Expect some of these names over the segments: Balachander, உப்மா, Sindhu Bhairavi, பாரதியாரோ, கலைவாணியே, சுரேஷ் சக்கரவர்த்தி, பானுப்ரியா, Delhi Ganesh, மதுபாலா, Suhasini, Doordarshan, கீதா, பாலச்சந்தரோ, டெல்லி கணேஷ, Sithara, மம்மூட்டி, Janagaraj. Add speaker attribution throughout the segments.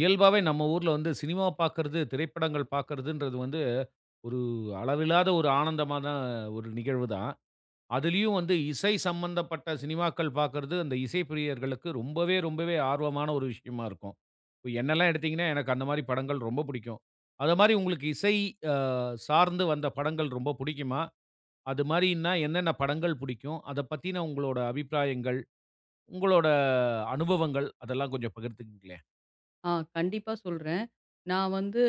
Speaker 1: இயல்பாவே நம்ம ஊர்ல cinema பார்க்கறது, திரைப்படங்கள் பார்க்கறதுன்றது ஒரு அளவில்லாத ஒரு ஆனந்தமான ஒரு நிகழ்வு தான். அதிலயும் இசை சம்பந்தப்பட்ட சினிமாக்கள் பார்க்கறது, அந்த இசை பிரியர்களுக்கு ரொம்பவே ஆர்வமான ஒரு விஷயமா இருக்கும். இப்ப என்னல்லாம் எடுத்தீங்கன்னா, எனக்கு அந்த மாரி படங்கள் ரொம்ப பிடிக்கும். அத மாரி உங்களுக்கு இசை அ சார்ந்து வந்த படங்கள் ரொம்ப பிடிக்குமா? அது மாரின்னா என்னென்ன படங்கள் பிடிக்கும்? அத பத்தின உங்களோட அபிப்பிராயங்கள், உங்களோட அனுபவங்கள் அதெல்லாம் கொஞ்சம் பகிர்ந்துக்குங்களேன்.
Speaker 2: ஆ கண்டிப்பா சொல்றேன். நான் வந்து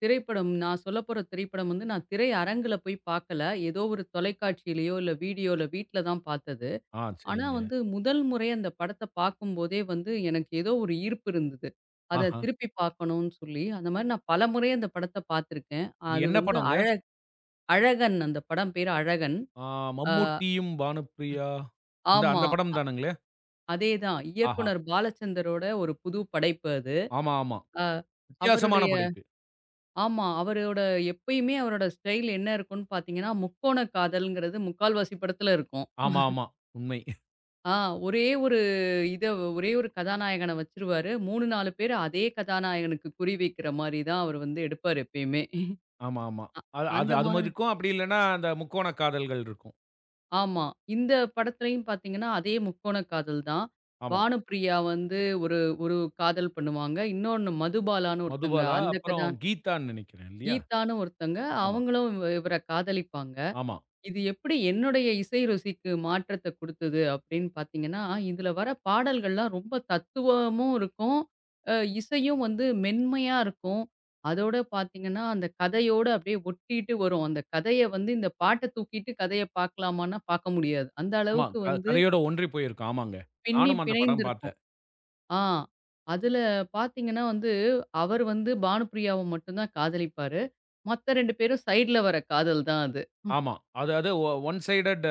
Speaker 2: நான் சொல்லப்போற திரைப்படம் வந்து நான் திரையரங்குல போய் பார்க்கல. ஏதோ ஒரு தொலைக்காட்சியிலயோ, இல்ல வீடியோல வீட்ல தான் பார்த்தது.
Speaker 1: ஆ,
Speaker 2: ஆனா
Speaker 1: சரிங்க.
Speaker 2: வந்து முதல் முறை அந்த படத்த பார்க்கும்போதே வந்து எனக்கு ஏதோ ஒரு ஈர்ப்பு இருந்தது. அத
Speaker 1: ஆஹ.
Speaker 2: திருப்பி பார்க்கணும்னு சொல்லி, அந்த மாரி நான் பலமுறை அந்த படத்த பார்த்துருக்கேன்.
Speaker 1: அது
Speaker 2: அது
Speaker 1: என்ன
Speaker 2: வந்து
Speaker 1: படங்க?
Speaker 2: அழ அழகன், அந்த படம் பேரு அழகன்.
Speaker 1: ஆ,
Speaker 2: ஆ
Speaker 1: மம்மூட்டியும், பானுப்ரியா இந்த
Speaker 2: ஆமா,
Speaker 1: அந்த படம் தானுங்களே?
Speaker 2: அதேதான்.
Speaker 1: ஆஹா!
Speaker 2: இயக்குனர் பாலச்சந்தரோட ஒரு புது படைப்பு அது.
Speaker 1: ஆமா, ஆமா.
Speaker 2: அ
Speaker 1: வித்தியாசமான
Speaker 2: அவருடைய
Speaker 1: படைப்பு.
Speaker 2: ஆமா, அவரோட எப்பயுமே அவரோட ஸ்டைல் என்ன இருக்கும்ன்னு பார்த்தீங்கன்னா, முக்கோண காதல்ங்கிறது முக்கால்வாசி படத்துல இருக்கும்.
Speaker 1: ஆமா, ஆமா. உண்மை.
Speaker 2: ஆ ஒரே ஒரு இத ஒரே ஒரு கதாநாயகன வச்சுருவாரு. 3, 4 பேரு அதே கதாநாயகனுக்கு குறி வைக்கிற மாரி தான் அவர் வந்து எடுப்பாரு எப்பயுமே.
Speaker 1: ஆமா, ஆமா. அது அது
Speaker 2: அந்த
Speaker 1: அது
Speaker 2: மாரி
Speaker 1: மாரி இருக்கும். அப்படி இல்லன்னா, அந்த முக்கோண காதல்கள் இருக்கும்.
Speaker 2: ஆமா, இந்த படத்துலயும் பார்த்தீங்கன்னா, அதே முக்கோண காதல் தான்.
Speaker 1: ஆமா.
Speaker 2: பானுப்பிரியா வந்து ஒரு ஒரு காதல் பண்ணுவாங்க. இன்னொன்னு மதுபாலான்னு ஒருத்தங்க
Speaker 1: மதுபாலா,
Speaker 2: அந்த கதா
Speaker 1: அப்புறம் கீதான்னு நெனைக்கிறேன் இல்லையா?
Speaker 2: கீதான்னு ஒருத்தங்க
Speaker 1: ஆமா,
Speaker 2: அவங்களும் இவர காதலிப்பாங்க.
Speaker 1: ஆமா,
Speaker 2: இது எப்படி என்னுடைய இசை ருசிக்கு மாற்றத்த குடுத்தது அப்படின்னு பார்த்தீங்கன்னா, இதுல வர பாடல்கள்லாம் ரொம்ப தத்துவமும் இருக்கும். அ இசையும் வந்து மென்மையா இருக்கும். அதோட பார்த்தீங்கன்னா, அந்த கதையோட அப்படியே ஒட்டிட்டு வரும். அந்த கதைய வந்து இந்த பாட்ட தூக்கிட்டு கதைய பார்க்கலாமான்னா பார்க்க முடியாது. அந்த
Speaker 1: ஆமா.
Speaker 2: அளவுக்கு வந்து
Speaker 1: கதையோட ஒன்றி போயிருக்கும். ஆமாங்க.
Speaker 2: பின்னி
Speaker 1: நானும் அந்த படம்
Speaker 2: பிணைந்திருக்கும்.
Speaker 1: பார்த்தேன்.
Speaker 2: ஆ அதுல பார்த்தீங்கன்னா வந்து, அவர் வந்து பானுப்பிரியாவ மட்டும் தான் காதலிப்பாரு. மத்த 2 பேரும் சைடுல வர காதல் தான் அது. ம்.
Speaker 1: ஆமா. அதாவது ஒன் சைடட்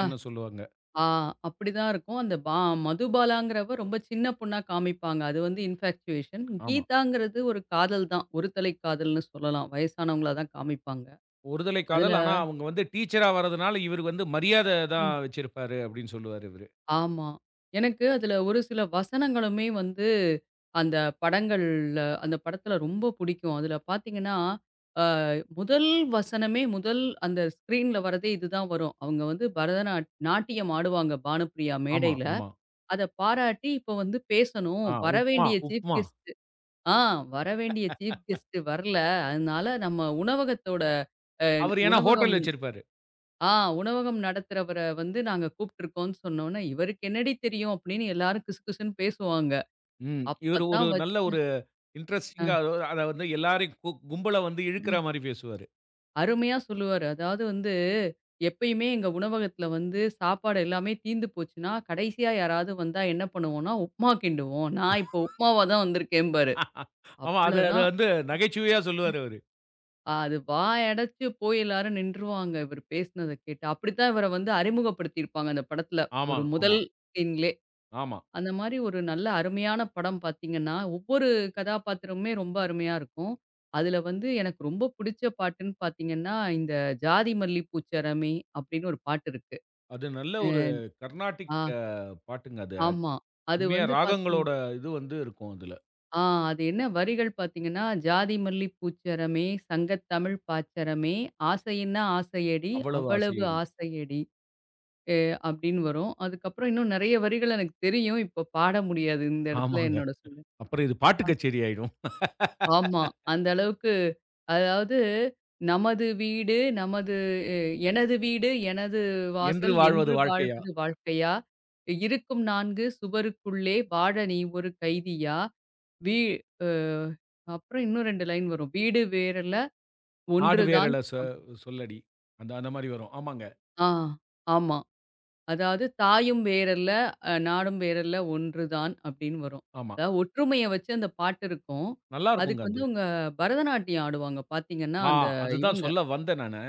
Speaker 2: ஆ.
Speaker 1: சொல்லுவாங்க.
Speaker 2: ஆ அப்படிதான் இருக்கும். அந்த பா மதுபாலாங்கிறவ ரொம்ப சின்ன பொண்ணா காமிப்பாங்க. அது வந்து இன்ஃபாக்சுவேஷன்.
Speaker 1: ஆமா.
Speaker 2: கீதாங்கிறது ஒரு காதல் தான். ஒரு தலை காதல்ன்னு சொல்லலாம். வயசானவங்களா தான் காமிப்பாங்க.
Speaker 1: ஒருதலை
Speaker 2: அதுல
Speaker 1: காதல். ஆனா, அவங்க டீச்சரா வர்றதுனால, இவரு மரியாத தான்
Speaker 2: ம்.
Speaker 1: வச்சிருப்பாரு அப்படின்னு சொல்லுவாரு இவரு.
Speaker 2: ஆமா, எனக்கு அதுல ஒரு சில வசனங்களுமே வந்து அந்த அந்த படத்துல ரொம்ப புடிக்கும். அதுல பார்த்தீங்கன்னா, அ முதல் வசனமே, முதல் அந்த ஸ்க்ரீன்ல வரதே இதுதான் வரும். அவங்க வந்து நாட்டியம் ஆடுவாங்க பானுப்பிரியா
Speaker 1: ஆமா,
Speaker 2: மேடையில.
Speaker 1: ஆமா.
Speaker 2: அத பாராட்டி இப்ப வந்து பேசணும்.
Speaker 1: ஆ, உப்மா, உப்மா.
Speaker 2: ஆ வரவேண்டிய சீஃப் கெஸ்ட் வரல. அதனால நம்ம உணவகத்தோட அ
Speaker 1: அவரு ஏன்னா
Speaker 2: உணவகம்
Speaker 1: ஹோட்டல் வச்சிருப்பாரு.
Speaker 2: ஆ உணவகம் நடத்துறவர வந்து நாங்க கூப்ட்டுருக்கோம்னு சொன்னோனே, "இவருக்கு என்னடி தெரியும்?" அப்படின்னு எல்லாரும் கிசுகிசுன்னு பேசுவாங்க.
Speaker 1: ம். இவரு ஒரு
Speaker 2: அப்பத்தான் வச்
Speaker 1: நல்ல ஒரு
Speaker 2: அ
Speaker 1: இன்ட்ரஸ்டிங்கா அத அத வந்து எல்லாரையும் கும்பல இழுக்கிற
Speaker 2: ம்.
Speaker 1: மாரி பேசுவாரு.
Speaker 2: அருமையா சொல்லுவாரு. அதாவது வந்து எப்பயுமே எங்க உணவகத்துல வந்து சாப்பாடு எல்லாமே தீந்து போச்சுன்னா, கடைசியா யாராவது வந்தா என்ன பண்ணுவோம்னா, உப்மா கிண்டுவோம். நான் இப்ப உப்மாவா தான் வந்திருக்கேன்பாரு.
Speaker 1: ஆமா. அத அத
Speaker 2: அவ்வளதான்.
Speaker 1: வந்து நகைச்சுவையா சொல்லுவாரு அவரு.
Speaker 2: அது வாய் அடைச்சு போய் எல்லாரும் நின்றுவாங்க இவரு பேசினத கேட்டு. அப்படித்தான் இவர வந்து அறிமுகப்படுத்தியிருப்பாங்க அந்த படத்துல.
Speaker 1: ஆமா,
Speaker 2: ஒரு முதல்
Speaker 1: ஆமா,
Speaker 2: சீன்லே.
Speaker 1: ஆமா.
Speaker 2: அந்த மாரி ஒரு நல்ல அருமையான படம் பார்த்தீங்கன்னா, ஒவ்வொரு கதாபாத்திரமுமே ரொம்ப அருமையா இருக்கும். அதுல வந்து எனக்கு ரொம்ப பிடிச்ச பாட்டுன்னு பார்த்தீங்கன்னா, இந்த "ஜாதி மல்லி பூச்சரமே" அப்படின்னு ஒரு பாட்டு இருக்கு.
Speaker 1: அது நல்ல
Speaker 2: அ
Speaker 1: ஒரு கர்நாடிக்
Speaker 2: ஆ
Speaker 1: பாட்டுங்க அது.
Speaker 2: ஆமா. அது
Speaker 1: உண்மையா
Speaker 2: வந்து பார்த்தீங்
Speaker 1: ராகங்களோட இது இருக்கும் அதுல.
Speaker 2: ஆ அது என்ன வரிகள் பார்த்தீங்கன்னா, "ஜாதி மல்லி பூச்சரமே, சங்கத்தமிழ் பாச்சரமே, ஆசையின்னா ஆசையடி
Speaker 1: அவ்வளவு
Speaker 2: அவ்வளவு
Speaker 1: ஆசையடி.
Speaker 2: ஆசையடி" அப்படின்னு வரும். அதுக்கப்புறம் இன்னும் நெறைய வரிகள் எனக்கு தெரியும். இப்ப பாட முடியாது இந்த இடத்துல
Speaker 1: ஆமாங்க.
Speaker 2: என்னோட சூழல்.
Speaker 1: அப்புறம் இது பாட்டு
Speaker 2: அ
Speaker 1: கச்சேரி ஆயிடும்.
Speaker 2: ஆமா. அந்த அளவுக்கு அதாவது "நமது வீடு, நமது எ "எனது வீடு, எனது
Speaker 1: என்று
Speaker 2: வாசல்
Speaker 1: வாழ்வது
Speaker 2: என்று
Speaker 1: வாழ்க்கையா?
Speaker 2: வாழ்வது வாழ்க்கையா? இருக்கும் 4 சுவருக்குள்ளே வாழ நீ ஒரு கைதியா? வீ" அ அப்புறம் இன்னும் 2 லைன் வரும். "வீடு வேறல்ல
Speaker 1: நாடு
Speaker 2: ஒன்றுதான்".
Speaker 1: வேரல சொல்லடி. அந்த அந்த மாரி வரும். ஆமாங்க.
Speaker 2: அ ஆமா, அதாவது "தாயும் வேறல்ல, நாடும் வேறல்ல ஒன்றுதான்" அப்படின்னு வரும்.
Speaker 1: ஆமா.
Speaker 2: அதாவது ஒற்றுமைய வச்சு அந்த பாட்டு இருக்கும்.
Speaker 1: நல்லா
Speaker 2: அதுக்கு
Speaker 1: இருக்குங்க
Speaker 2: வந்து
Speaker 1: அது.
Speaker 2: அவங்க பரதநாட்டியம் ஆடுவாங்க பார்த்தீங்கன்னா,
Speaker 1: ஆ,
Speaker 2: அந்த
Speaker 1: அதுதான்
Speaker 2: இவங்க
Speaker 1: சொல்ல வந்தேன் நானு.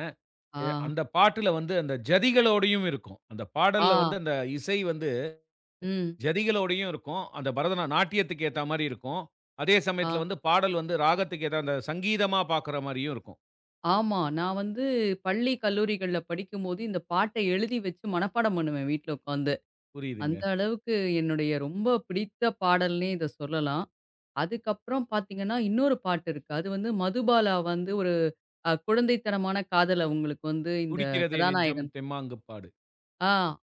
Speaker 2: ஆ,
Speaker 1: அந்த பாட்டுல அந்த ஜதிகளோடையும் இருக்கும். அந்த பாடல்ல
Speaker 2: ஆ,
Speaker 1: அந்த இசை
Speaker 2: ம்,
Speaker 1: ஜதிகளோடையும் இருக்கும். அந்த பரதநா நாட்டியத்துக்கு ஏத்தா மாரி இருக்கும். அதே
Speaker 2: ஆ.
Speaker 1: சமயத்துல பாடல் ராகத்துக்கு ஏத்தா அந்த சங்கீதமா பாக்குற மாரியும் இருக்கும்.
Speaker 2: ஆமா. நான் வந்து பள்ளி, கல்லூரிகள்ல படிக்கும்போது இந்த பாட்ட எழுதி வச்சு மனப்பாடம் பண்ணுவேன் வீட்ல உட்காந்து. அந்த
Speaker 1: புரியுதுங்க.
Speaker 2: அளவுக்கு என்னுடைய ரொம்ப பிடித்த பாடல்னே இத சொல்லலாம். அதுக்கப்புறம் பார்த்தீங்கன்னா, இன்னொரு பாட்டு இருக்கு. அது வந்து மதுபாலா வந்து ஒரு குழந்தைத்தனமான காதல் அவங்களுக்கு வந்து இந்த
Speaker 1: "துடிக்கிறதே நெஞ்சம்
Speaker 2: கதாநாயகன்.
Speaker 1: தெம்மாங்கு பாடு."
Speaker 2: ஆ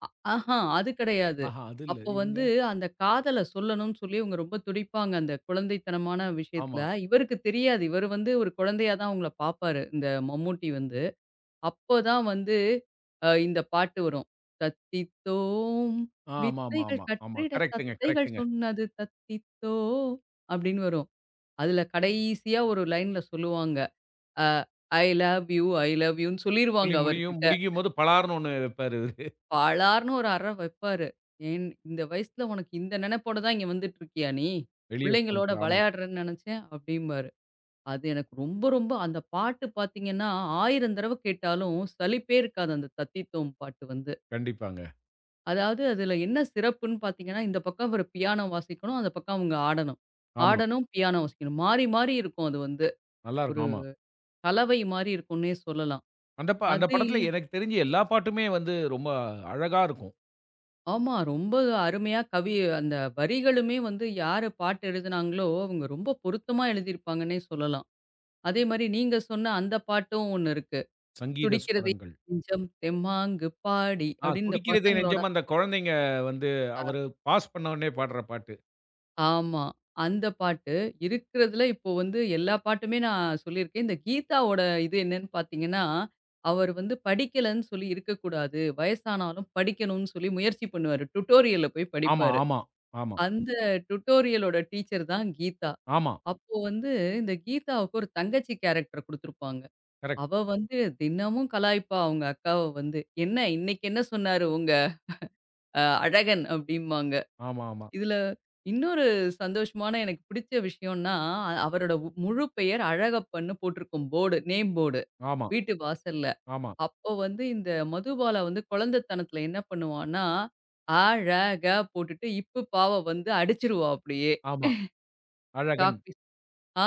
Speaker 2: ஆஹா, அது கிடையாது.
Speaker 1: ஆஹா, அது இல்ல.
Speaker 2: அப்போ
Speaker 1: இருங்க.
Speaker 2: வந்து அந்த காதல சொல்லணும்னு சொல்லி இவங்க ரொம்ப துடிப்பாங்க அந்த குழந்தைத்தனமான விஷயத்துல.
Speaker 1: ஆமா.
Speaker 2: இவருக்கு தெரியாது. இவரு வந்து ஒரு குழந்தையா தான் அவங்கள பார்ப்பாரு, இந்த மம்மூட்டி வந்து. அப்போதான் வந்து இந்த பாட்டு வரும். "தத்தித்தோம்
Speaker 1: ஆமாமாமா.
Speaker 2: வித்தைகள்
Speaker 1: ஆமா. ஆமா.
Speaker 2: கற்றிட
Speaker 1: கரெக்ட்டுங்க,
Speaker 2: தத்தைகள்
Speaker 1: கரெக்ட்டுங்க.
Speaker 2: சொன்னது தத்தித்தோம்" அப்படின்னு வரும். அதுல கடைசியா ஒரு லைன்ல சொல்லுவாங்க, அ "I love you, I love யூன்னு" சொல்லிருவாங்க
Speaker 1: சொல்லி முடியும்
Speaker 2: அவர்கிட்ட.
Speaker 1: முடியும்போது பலார்ன்னு ஒண்ணு வைப்பாரு.
Speaker 2: பாழார்ன்னு ஒரு அறை வைப்பாரு. "ஏன் இந்த வயசுல உனக்கு இந்த நினைப்போட தான் இங்க வந்துட்டு இருக்கியா நீ?
Speaker 1: வெளிய
Speaker 2: புள்ளைங்களோட
Speaker 1: போன்ட்டு. ஆமா.
Speaker 2: விளையாடுறேன்னு நினைச்சேன்" அப்படிம்பாரு. அது எனக்கு ரொம்ப ரொம்ப அந்த பாட்டு பார்த்தீங்கன்னா, 1000 தடவை கேட்டாலும் சலிப்பே இருக்காது அந்த தத்தித்தோம் பாட்டு வந்து.
Speaker 1: கண்டிப்பாங்க.
Speaker 2: அதாவது அதுல என்ன சிறப்புன்னு பார்த்தீங்கன்னா, இந்த பக்கம் அவரு பியானோ வாசிக்கணும், அந்த பக்கம் அவங்க ஆடணும்.
Speaker 1: ஆமா.
Speaker 2: ஆடணும், பியானோ வாசிக்கணும். மாறி மாறி இருக்கும் அது வந்து. ஒரு
Speaker 1: நல்லாருக்கும். ஆமா.
Speaker 2: கலவை மாரி இருக்கும்னே சொல்லலாம்.
Speaker 1: அந்த
Speaker 2: அது
Speaker 1: படத்துல
Speaker 2: இல்ல.
Speaker 1: எனக்கு தெரிஞ்சு எல்லா பாட்டுமே ரொம்ப அழகா இருக்கும்.
Speaker 2: ஆமா. ரொம்ப அருமையா அந்த வரிகளுமே வந்து யாரு பாட்டு எழுதுனாங்களோ, அவங்க ரொம்ப பொருத்தமா எழுதியிருப்பாங்கன்னே சொல்லலாம். அதே மாரி நீங்க சொன்ன அந்த பாட்டும் ஒண்ணு இருக்கு.
Speaker 1: சங்கீத
Speaker 2: "துடிக்கிறது
Speaker 1: ஸ்வரங்கள்.
Speaker 2: நெஞ்சம் தெம்மாங்கு பாடி"
Speaker 1: ஆ,
Speaker 2: அப்படின்னு இந்த
Speaker 1: "துடிக்கிறதே
Speaker 2: பசங்களோட.
Speaker 1: நெஞ்சம்" அந்த குழந்தைங்க வந்து
Speaker 2: அ
Speaker 1: அவரு பாஸ் பண்ண உடனே பாடுற பாட்டு.
Speaker 2: ஆமா. அந்த பாட்டு இருக்கிறதுல இப்போ வந்து எல்லா பாட்டுமே நான் சொல்லியிருக்கேன். இந்த கீதாவோட இது என்னன்னு பார்த்தீங்கன்னா, அவர் வந்து படிக்கலன்னு சொல்லி இருக்கக்கூடாது. வயசானாலும் படிக்கணும்னு சொல்லி முயற்சி பண்ணுவாரு. டுட்டோரியல்ல போய்
Speaker 1: ஆமா,
Speaker 2: படிப்பாரு.
Speaker 1: ஆமா, ஆமா,
Speaker 2: அந்த டுடோரியலோட டீச்சர் தான் கீதா.
Speaker 1: ஆமா.
Speaker 2: அப்போ வந்து இந்த கீதாவுக்கு ஒரு தங்கச்சி கேரக்டர் குடுத்துருப்பாங்க.
Speaker 1: கரெக்ட்.
Speaker 2: அவ வந்து தினமும் கலாய்ப்பா அவங்க அக்காவ வந்து. "என்ன இன்னைக்கு என்ன சொன்னாரு உங்க அழகன்?" அப்படிம்பாங்க.
Speaker 1: ஆமா, ஆமா,
Speaker 2: இதுல இன்னொரு சந்தோஷமான எனக்கு பிடிச்ச விஷயம்னா, அவரோட முழு பெயர் அழகப்பன்னு போட்டிருக்கும் போர்டு, நேம் போர்டு,
Speaker 1: ஆமா,
Speaker 2: வீட்டு வாசல்ல.
Speaker 1: ஆமா,
Speaker 2: அப்போ வந்து இந்த மதுபாலா வந்து குழந்தைத்தனத்துல என்ன பண்ணுவான்னா, அழக போட்டுட்டு, இப்பு பாவ வந்து அடிச்சுருவா அப்படியே.
Speaker 1: ஆமா. அழகன்.
Speaker 2: சாக்பீஸ் ஆ.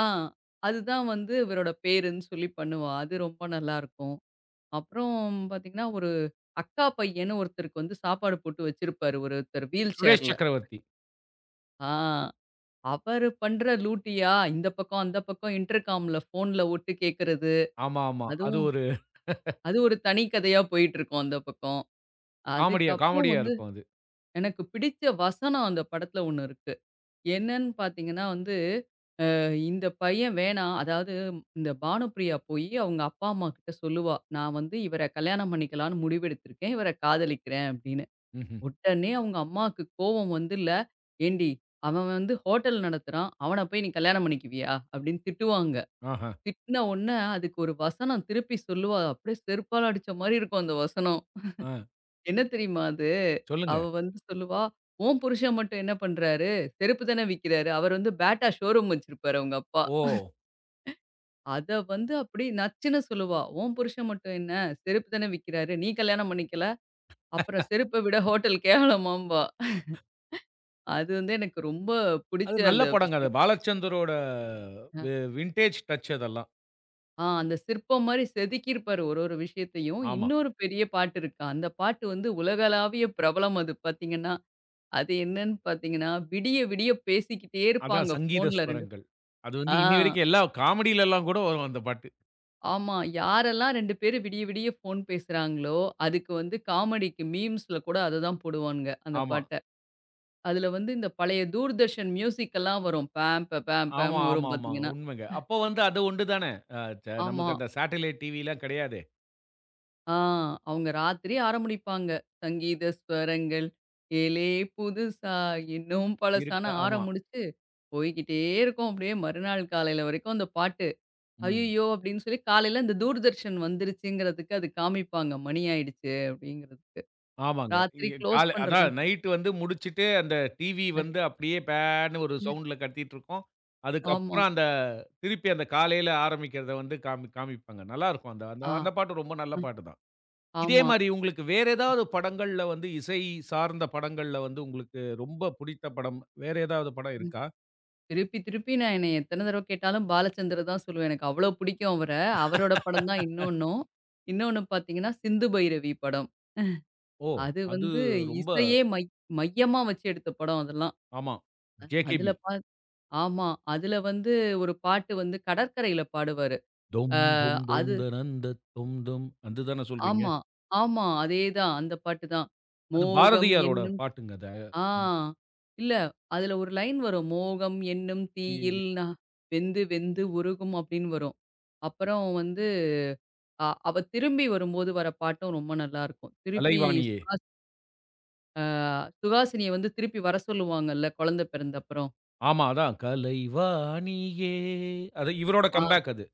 Speaker 2: அதுதான் வந்து இவரோட பேருன்னு சொல்லி பண்ணுவா. அது ரொம்ப நல்லாருக்கும். அப்புறம் பார்த்தீங்கன்னா, ஒரு அக்கா பையன்னு ஒருத்தருக்கு வந்து சாப்பாடு போட்டு வச்சிருப்பாரு ஒருத்தர் வீல்
Speaker 1: சுரேஷ்
Speaker 2: சேர்ல.
Speaker 1: சக்கரவர்த்தி.
Speaker 2: ஆ அவரு பண்ற லூட்டியா, இந்த பக்கம், அந்த பக்கம் இன்டர்காம்ல ஃபோன்ல ஒட்டு கேட்கறது.
Speaker 1: ஆமா, ஆமா. அது
Speaker 2: அதுவும்
Speaker 1: ஒரு
Speaker 2: அது ஒரு தனி கதையா போயிட்டுருக்கும் அந்த பக்கம்.
Speaker 1: காமெடியா
Speaker 2: அதுக்கப்புறம்
Speaker 1: காமெடியா
Speaker 2: வந்து
Speaker 1: இருக்கும் அது.
Speaker 2: எனக்கு பிடிச்ச வசனம் அந்த படத்துல ஒண்ணு இருக்கு. என்னன்னு பார்த்தீங்கன்னா வந்து இந்த பையன் வேணாம். அதாவது இந்த பானுப்பிரியா போயி அவங்க அப்பா, அம்மா கிட்ட சொல்லுவா, "நான் வந்து இவர கல்யாணம் பண்ணிக்கலான்னு முடிவெடுத்திருக்கேன். இவர காதலிக்கிறேன்" அப்படின்னு.
Speaker 1: ம்ஹ்ம்.
Speaker 2: உடனே அவங்க அம்மாவுக்கு கோவம் வந்து, "இல்ல ஏண்டி அவன் வந்து ஹோட்டல் நடத்துறான். அவன போய் நீ கல்யாணம் பண்ணிக்குவியா?" அப்படின்னு திட்டுவாங்க.
Speaker 1: ஆஹ.
Speaker 2: திட்டுன உடனே அதுக்கு ஒரு வசனம் திருப்பி சொல்லுவா. அப்படியே செருப்பால அடிச்ச மாரி இருக்கும் அந்த வசனம்.
Speaker 1: ஆ.
Speaker 2: என்ன தெரியுமா அது?
Speaker 1: சொல்லுங்க.
Speaker 2: அவ வந்து சொல்லுவா, "உன் புருஷன் மட்டும் என்ன பண்றாரு? செருப்பு தானே விக்கிறாரு. அவர் வந்து பேட்டா ஷோரூம் வச்சிருப்பாரு" அவங்க அப்பா.
Speaker 1: ஓ!
Speaker 2: அத வந்து அப்படியே நச்சுன்னு சொல்லுவா. "உன் புருஷன் மட்டும் என்ன? செருப்பு தானே விக்கிறாரு. நீ கல்யாணம் பண்ணிக்கல. அப்புறம் செருப்ப விட ஹோட்டல் கேவலமாம்பா." அது வந்து எனக்கு ரொம்ப பிடிச்ச
Speaker 1: அது நல்ல
Speaker 2: அந்த
Speaker 1: படங்க. அது
Speaker 2: விஷயம்.
Speaker 1: பாலச்சந்தரோட
Speaker 2: அ
Speaker 1: வி வின்டேஜ் டச் அதெல்லாம்.
Speaker 2: ஆ அந்த சிற்பம் மாரி செதுக்கியிருப்பாரு ஒரு ஒரு விஷயத்தையும்.
Speaker 1: ஆமா.
Speaker 2: இன்னொரு பெரிய பாட்டு இருக்கு. அந்த பாட்டு வந்து உலகளாவிய பிரபலம் அது பார்த்தீங்கன்னா. அது என்னன்னு பார்த்தீங்கன்னா, "விடிய விடிய பேசிக்கிட்டே
Speaker 1: அதான்
Speaker 2: இருப்பாங்க
Speaker 1: சங்கீத
Speaker 2: ஃபோன்ல 2".
Speaker 1: ஸ்வரங்கள். அது
Speaker 2: ஆ.
Speaker 1: இன்னி வரைக்கும் எல்லா காமெடிலலாம் கூட வரும் அந்த பாட்டு.
Speaker 2: ஆமா. யாரெல்லாம் 2 பேரு விடிய விடிய ஃபோன் பேசுறாங்களோ, அதுக்கு வந்து காமெடிக்கு மீம்ஸ்ல கூட அததான் போடுவானுங்க, அந்த
Speaker 1: ஆமா.
Speaker 2: பாட்ட. அதுல வந்து இந்த பழைய தூர்தர்ஷன் மியூசிக்கெல்லாம் வரும். பேம்,
Speaker 1: ஆமா,
Speaker 2: பேம்ன்னு வரும்
Speaker 1: ஆமா, ஆமா.
Speaker 2: பார்த்தீங்கன்னா.
Speaker 1: உண்மைங்க. அப்போ அது ஒண்டு தானே. அ ச
Speaker 2: ஆமா.
Speaker 1: நமக்கு அந்த சேட்டலைட் டிவிலாம் கிடையாதே.
Speaker 2: ஆ அவங்க ராத்திரி ஆரம்பிப்பாங்க. சங்கீத ஸ்வரங்கள், ஏலே புதுசா இன்னும் பழசான்னு
Speaker 1: இருக்கா, ஆமா.
Speaker 2: ஆரம்பிச்சு, போய்க்கிட்டே இருக்கும். அப்படியே மறுநாள் காலையில வரைக்கும் அந்த பாட்டு.
Speaker 1: ம்.
Speaker 2: "ஐயய்யோ!" அப்படின்னு சொல்லி காலையில இந்த தூர்தர்ஷன் வந்துருச்சுங்கிறதுக்கு அது காமிப்பாங்க. மணி ஆயிடுச்சு அப்படிங்கிறதுக்கு,
Speaker 1: ஆமாங்க.
Speaker 2: ராத்திரி க்ளோஸ்
Speaker 1: காலை
Speaker 2: பண்றது.
Speaker 1: அதான் நைட் முடிச்சுட்டு அந்த டிவி
Speaker 2: உண்டு.
Speaker 1: அப்படியே பேன்னு ஒரு சவுண்ட்ல கத்திட்டுருக்கும்.
Speaker 2: ஆமா.
Speaker 1: அதுக்கப்புறம் அந்த திருப்பி அந்த காலையில ஆரம்பிக்கிறத காமிப்பாங்க. நல்லாருக்கும். அந்த அந்த
Speaker 2: ஆ,
Speaker 1: அந்த பாட்டு ரொம்ப நல்ல
Speaker 2: அ,
Speaker 1: பாட்டு தான். இதே
Speaker 2: ஆமா.
Speaker 1: மாரி உங்களுக்கு வேற ஏதாவது படங்கள்ல இசை சார்ந்த படங்கள்ல உங்களுக்கு ரொம்ப பிடித்த படம் வேற ஏதாவது படம்
Speaker 2: ம்.
Speaker 1: இருக்கா?
Speaker 2: திருப்பி, திருப்பி நான் என்னைய எத்தன தடவ கேட்டாலும் பாலச்சந்தர தான் சொல்லுவேன். எனக்கு அவ்ளோ பிடிக்கும் அவர. அவரோட படம் தான் இன்னொன்னும். இன்னொன்னு பார்த்தீங்கன்னா, சிந்து பைரவி படம்.
Speaker 1: ஓ!
Speaker 2: அது
Speaker 1: அது
Speaker 2: வந்து
Speaker 1: ரொம்ப
Speaker 2: இசையே மை மையமா வச்சு எடுத்த படம் அதெல்லாம்.
Speaker 1: ஆமா.
Speaker 2: அதுல
Speaker 1: JKB.
Speaker 2: பா ஆமா. அதுல வந்து ஒரு பாட்டு வந்து கடற்கரையில பாடுவாரு.
Speaker 1: தொம்
Speaker 2: அ
Speaker 1: தொம் தொம்
Speaker 2: அது
Speaker 1: தனந்த தொம் தொம் அது தான சொல்றீங்க?
Speaker 2: ஆமா, ஆமா. அதேதான் அந்த பாட்டு தான்.
Speaker 1: அது
Speaker 2: மோகம்
Speaker 1: பாரதியாரோட
Speaker 2: என்னும்
Speaker 1: பாட்டுங்க அது.
Speaker 2: ஆ. இல்ல, அதுல ஒரு லைன் வரும். "மோகம் என்னும்
Speaker 1: இ
Speaker 2: தீயில் நா வெந்து வெந்து உருகும்" அப்படின்னு வரும். அப்புறம் வந்து அவ திரும்பி வரும்போது வர பாட்டும் ரொம்ப நல்லாருக்கும். திருப்பி
Speaker 1: கலைவாணியே.
Speaker 2: சுஹாஸ் அ சுஹாசினிய வந்து திருப்பி வர சொல்லுவாங்கல்ல, குழந்தை பிறந்தப்புறம்.
Speaker 1: ஆமா, அதான். கலைவாணியே, அது இவரோட
Speaker 2: ஆ
Speaker 1: கம்பேக் அது.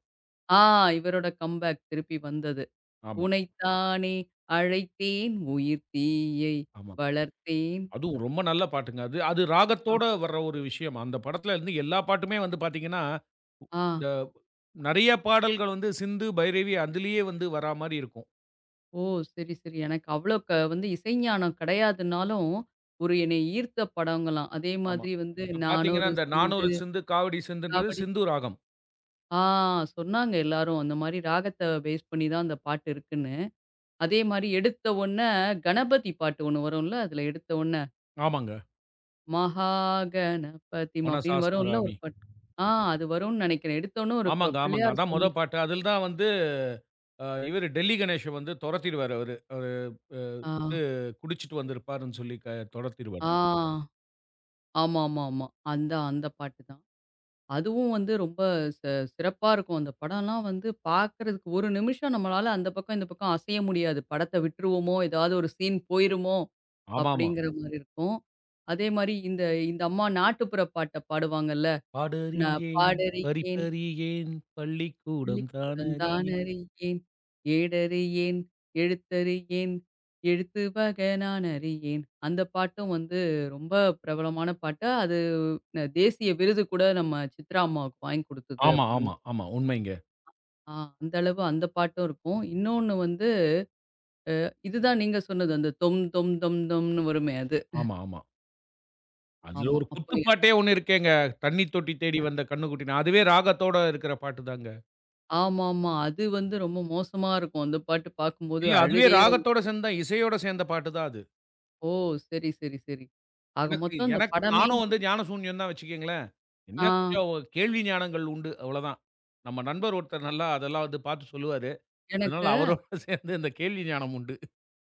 Speaker 2: ஆ இவரோட கம்பேக் திருப்பி வந்தது.
Speaker 1: ஆமா,
Speaker 2: "உனைத்தானே அழைத்தேன் உயிர் தீயை
Speaker 1: ஆமா.
Speaker 2: வளர்த்தேன்".
Speaker 1: அதுவும் ரொம்ப நல்ல பாட்டுங்க அது. அது
Speaker 2: அ
Speaker 1: ராகத்தோட வர்ற ஒரு விஷயம். அந்த படத்துல இருந்து எல்லா பாட்டுமே பார்த்தீங்கன்னா
Speaker 2: ஆ.
Speaker 1: இந்த நெறைய பாடல்கள் சிந்து, பைரவி அதிலேயே வரா மாரி இருக்கும்.
Speaker 2: ஓ, சரி, சரி. எனக்கு அவ்ளோ வந்து இசைஞானம் கிடையாதுன்னாலும், ஒரு என்னை ஈர்த்த படங்களாம். அதே
Speaker 1: ஆமா.
Speaker 2: மாதிரி வந்து
Speaker 1: இப்ப
Speaker 2: நானும்
Speaker 1: பார்த்தீங்கன்னா,
Speaker 2: ஒரு
Speaker 1: இந்த
Speaker 2: சிந்து,
Speaker 1: "நானூறு சிந்து காவடி சிந்துன்றது"
Speaker 2: காவடி.
Speaker 1: சிந்து ராகம்.
Speaker 2: ஆ சொன்னாங்க எல்லாரும். அந்த மாரி ராகத்த பேஸ் பண்ணி தான் அந்த பாட்டு இருக்குன்னு. அதே மாரி எடுத்த உடனே கணபதி பாட்டு ஒண்ணு வரும்ல, அதுல எடுத்த உடனே,
Speaker 1: ஆமாங்க.
Speaker 2: மகா கணபதிம் அப்படின்னு வரும்ல ஒரு
Speaker 1: "மனசாஸ்மராமி."
Speaker 2: பாட்டு. ஆ அது வரும்னு நெனைக்கிறேன். எடுத்தோனே ஒரு
Speaker 1: ஆமாங்க, ஆமாங்க.
Speaker 2: பிள்ளையார்
Speaker 1: அதான் மொத
Speaker 2: சவுண்ட்.
Speaker 1: பாட்டு. அதில தான் வந்து இவரு டெல்லி கணேஷ தொரத்திருவாரு அவரு. அவரு அ
Speaker 2: ஆ,
Speaker 1: குடிச்சிட்டு வந்திருப்பாருன்னு சொல்லி
Speaker 2: ஆ.
Speaker 1: தொரத்திருவாரு.
Speaker 2: ஆமாமாமா. அந்த அந்த பாட்டு தான். அதுவும் வந்து ரொம்ப ச சிறப்பா இருக்கும். அந்த படம்லாம் வந்து பார்க்கறதுக்கு 1 நிமிஷம் நம்மளால அந்த பக்கம், இந்த பக்கம் அசைய முடியாது. படத்த விட்டுருவோமோ! ஏதாவது ஒரு சீன் போயிருமோ!
Speaker 1: ஆமாமா.
Speaker 2: அப்படிங்கிற மாரி இருக்கும். அதே மாரி இந்த இந்த அம்மா நாட்டுப்புற பாட்ட பாடுவாங்கல்ல. நான்
Speaker 1: "பாடறியேன்
Speaker 2: பாடறியேன்,
Speaker 1: பறிப்பறியேன் பள்ளிக்கூடம்
Speaker 2: பள்ளிக்கூடம்
Speaker 1: தானறியேன்."
Speaker 2: தானறியேன், ஏடறியேன், எழுத்தறியேன், எழுத்து வகை நான் அறியேன். அந்த பாட்டும் வந்து ரொம்ப பிரபலமான பாட்டு. அது தேசிய விருது கூட நம்ம சித்ரா அம்மாவுக்கு வாங்கி குடுத்தது
Speaker 1: ஆமா,
Speaker 2: அப்படின்னு.
Speaker 1: ஆமா, ஆமா. உண்மைங்க.
Speaker 2: ஆ அந்த அளவு அந்த பாட்டும் இருக்கும். இன்னொன்னு வந்து இதுதான் நீங்க சொன்னது. அந்த தொம் தொம் தொம் தொம்ன்னு வருமே அது.
Speaker 1: ஆமா, ஆமா. அதுல
Speaker 2: ஆமா.
Speaker 1: ஒரு
Speaker 2: அப்ப
Speaker 1: குத்துப்பாட்டே ஒண்ணு இருக்கேங்க. "தண்ணி தொட்டி தேடி வந்த கண்ணுக்குட்டி" நான் அதுவே ராகத்தோட இருக்கிற பாட்டு தாங்க.
Speaker 2: ஆமாமா. அது வந்து ரொம்ப மோசமா இருக்கும். அந்த பாட்டு பார்க்கும்போது
Speaker 1: இல்ல, அதுவே
Speaker 2: அழுகையே வந்து.
Speaker 1: ராகத்தோட சேர்ந்து தான் இசையோட சேர்ந்த பாட்டு தான் அது.
Speaker 2: ஓ, சரி, சரி, சரி. ஆக
Speaker 1: எனக்கு
Speaker 2: மொத்தம் அந்த
Speaker 1: எனக்கு
Speaker 2: படமே.
Speaker 1: நானும் ஞானசூன்யம் தான் வச்சுக்கங்களேன்.
Speaker 2: ஆ
Speaker 1: என்ன கொஞ்சம் கேள்வி ஞானங்கள் உண்டு அவ்வளோதான். நம்ம நண்பர் ஒருத்தர் நல்லா அதெல்லாம் பார்த்து சொல்லுவாரு. அதனால
Speaker 2: எனக்கு
Speaker 1: அவரோட சேர்ந்து இந்த கேள்வி ஞானம் உண்டு.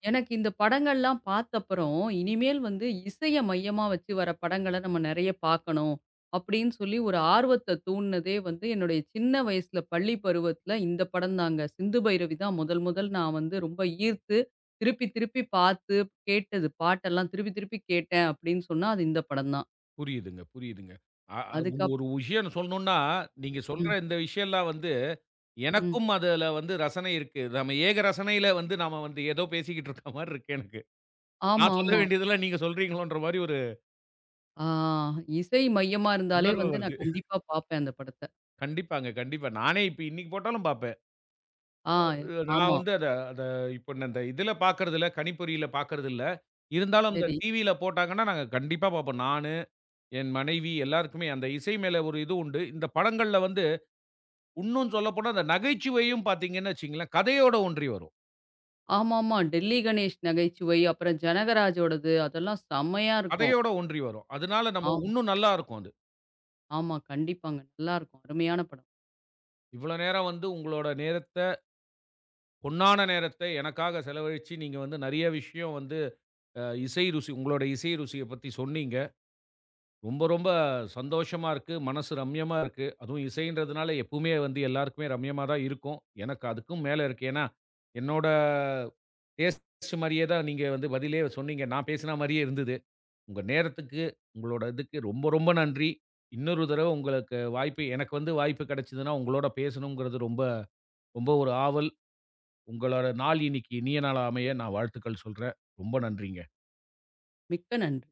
Speaker 2: எனக்கு இந்த படங்கள்லாம் பார்த்தப்புறம், இனிமேல் வந்து இசைய மையமா வச்சு வர படங்கள நம்ம நெறைய பார்க்கணும். அப்படின்னு சொல்லி ஒரு ஆர்வத்த தூண்டுனதே வந்து என்னுடைய சின்ன வயசுல பள்ளி பருவத்துல இந்த படம் தாங்க. சிந்து பைரவி தான் முதல் முதல் நான் வந்து ரொம்ப ஈர்த்து, திருப்பி திருப்பி பார்த்து கேட்டது. பாட்டெல்லாம் திருப்பி திருப்பி கேட்டேன் அப்படின்னு சொன்னா, அது இந்த படம் தான்.
Speaker 1: புரியுதுங்க, புரியுதுங்க. அ அ
Speaker 2: அதுக்கப்
Speaker 1: ஒரு விஷயம் சொல்லணும்னா, நீங்க சொல்ற
Speaker 2: ம்,
Speaker 1: இந்த விஷயம்லாம்
Speaker 2: ம்.
Speaker 1: எனக்கும் அதுல ரசனை இருக்கு. நம்ம ஏக ரசனையில நாம ஏதோ பேசிக்கிட்டு இருக்க மாரி இருக்கு எனக்கு.
Speaker 2: ஆமா,
Speaker 1: நான் சொல்ல
Speaker 2: ஆமா.
Speaker 1: வேண்டியதெல்லாம் நீங்க சொல்றீங்களோன்ற மாரி ஒரு
Speaker 2: ஆ இசை மையமா இருந்தாலே
Speaker 1: உணர்வு
Speaker 2: வந்து
Speaker 1: வருது.
Speaker 2: நான் கண்டிப்பா பார்ப்பேன் அந்த படத்த.
Speaker 1: கண்டிப்பாங்க, கண்டிப்பா. நானே இப்ப இன்னைக்கு போட்டாலும் பாப்பேன்.
Speaker 2: ஆ
Speaker 1: நான்
Speaker 2: ஆமா.
Speaker 1: அத அத இப்ப இந்த இதுல பாக்குறதில்ல, கணிப்பொறியில பாக்குறதில்ல. இருந்தாலும் இந்த
Speaker 2: சரி.
Speaker 1: டிவியில போட்டாங்கன்னா, நாங்க கண்டிப்பா பாப்போம். நானு, என் மனைவி எல்லாருக்குமே அந்த இசை மேல ஒரு இது உண்டு. இந்த படங்கள்ல இன்னும் சொல்லப்போனா அந்த நகைச்சுவையும் பாத்தீங்கன்னு வச்சுக்கங்களேன், கதையோட ஒன்றி வரும்.
Speaker 2: ஆமாமா. டெல்லி கணேஷ் நகைச்சுவை, அப்புறம் ஜனகராஜோடது அதெல்லாம் செம்மையா இருக்கும்.
Speaker 1: கதையோட ஒன்றி வரும். அதனால நம்ம
Speaker 2: ஆம்.
Speaker 1: இன்னும் நல்லா இருக்கும் அது.
Speaker 2: ஆமா. கண்டிப்பாங்க. நல்லாருக்கும். அருமையான படம்.
Speaker 1: இவ்வளோ நேரம் உங்களோட நேரத்த, பொன்னான நேரத்த எனக்காக செலவழிச்சு, நீங்க நெறைய விஷயம் வந்து அ இசை ருசி உங்களோட இசை ருசிய பத்தி சொன்னீங்க. ரொம்ப சந்தோஷமா இருக்கு. மனசு ரம்யமா இருக்கு. அதுவும் இசைன்றதுனால எப்பவுமே எல்லாருக்குமே ரம்யமா தான் இருக்கும். எனக்கு அதுக்கும் மேல இருக்கு. ஏன்னா, என்னோட டேஸ்ட் மாரியே தான் நீங்க பதிலே சொன்னீங்க. நான் பேசின மாரியே இருந்தது. உங்க நேரத்துக்கு, உங்களோட இதுக்கு ரொம்ப நன்றி. இன்னொரு தடவ உங்களுக்கு வாய்ப்பு எனக்கு வாய்ப்பு கிடைச்சதுன்னா, உங்களோட பேசணுங்கிறது ரொம்ப ரொம்ப ஒரு ஆவல். உங்களோட நாள் இன்னைக்கு இனிய நாளா அமைய நான் வாழ்த்துக்கள் சொல்றேன். ரொம்ப நன்றிங்க.
Speaker 2: மிக்க நன்றி.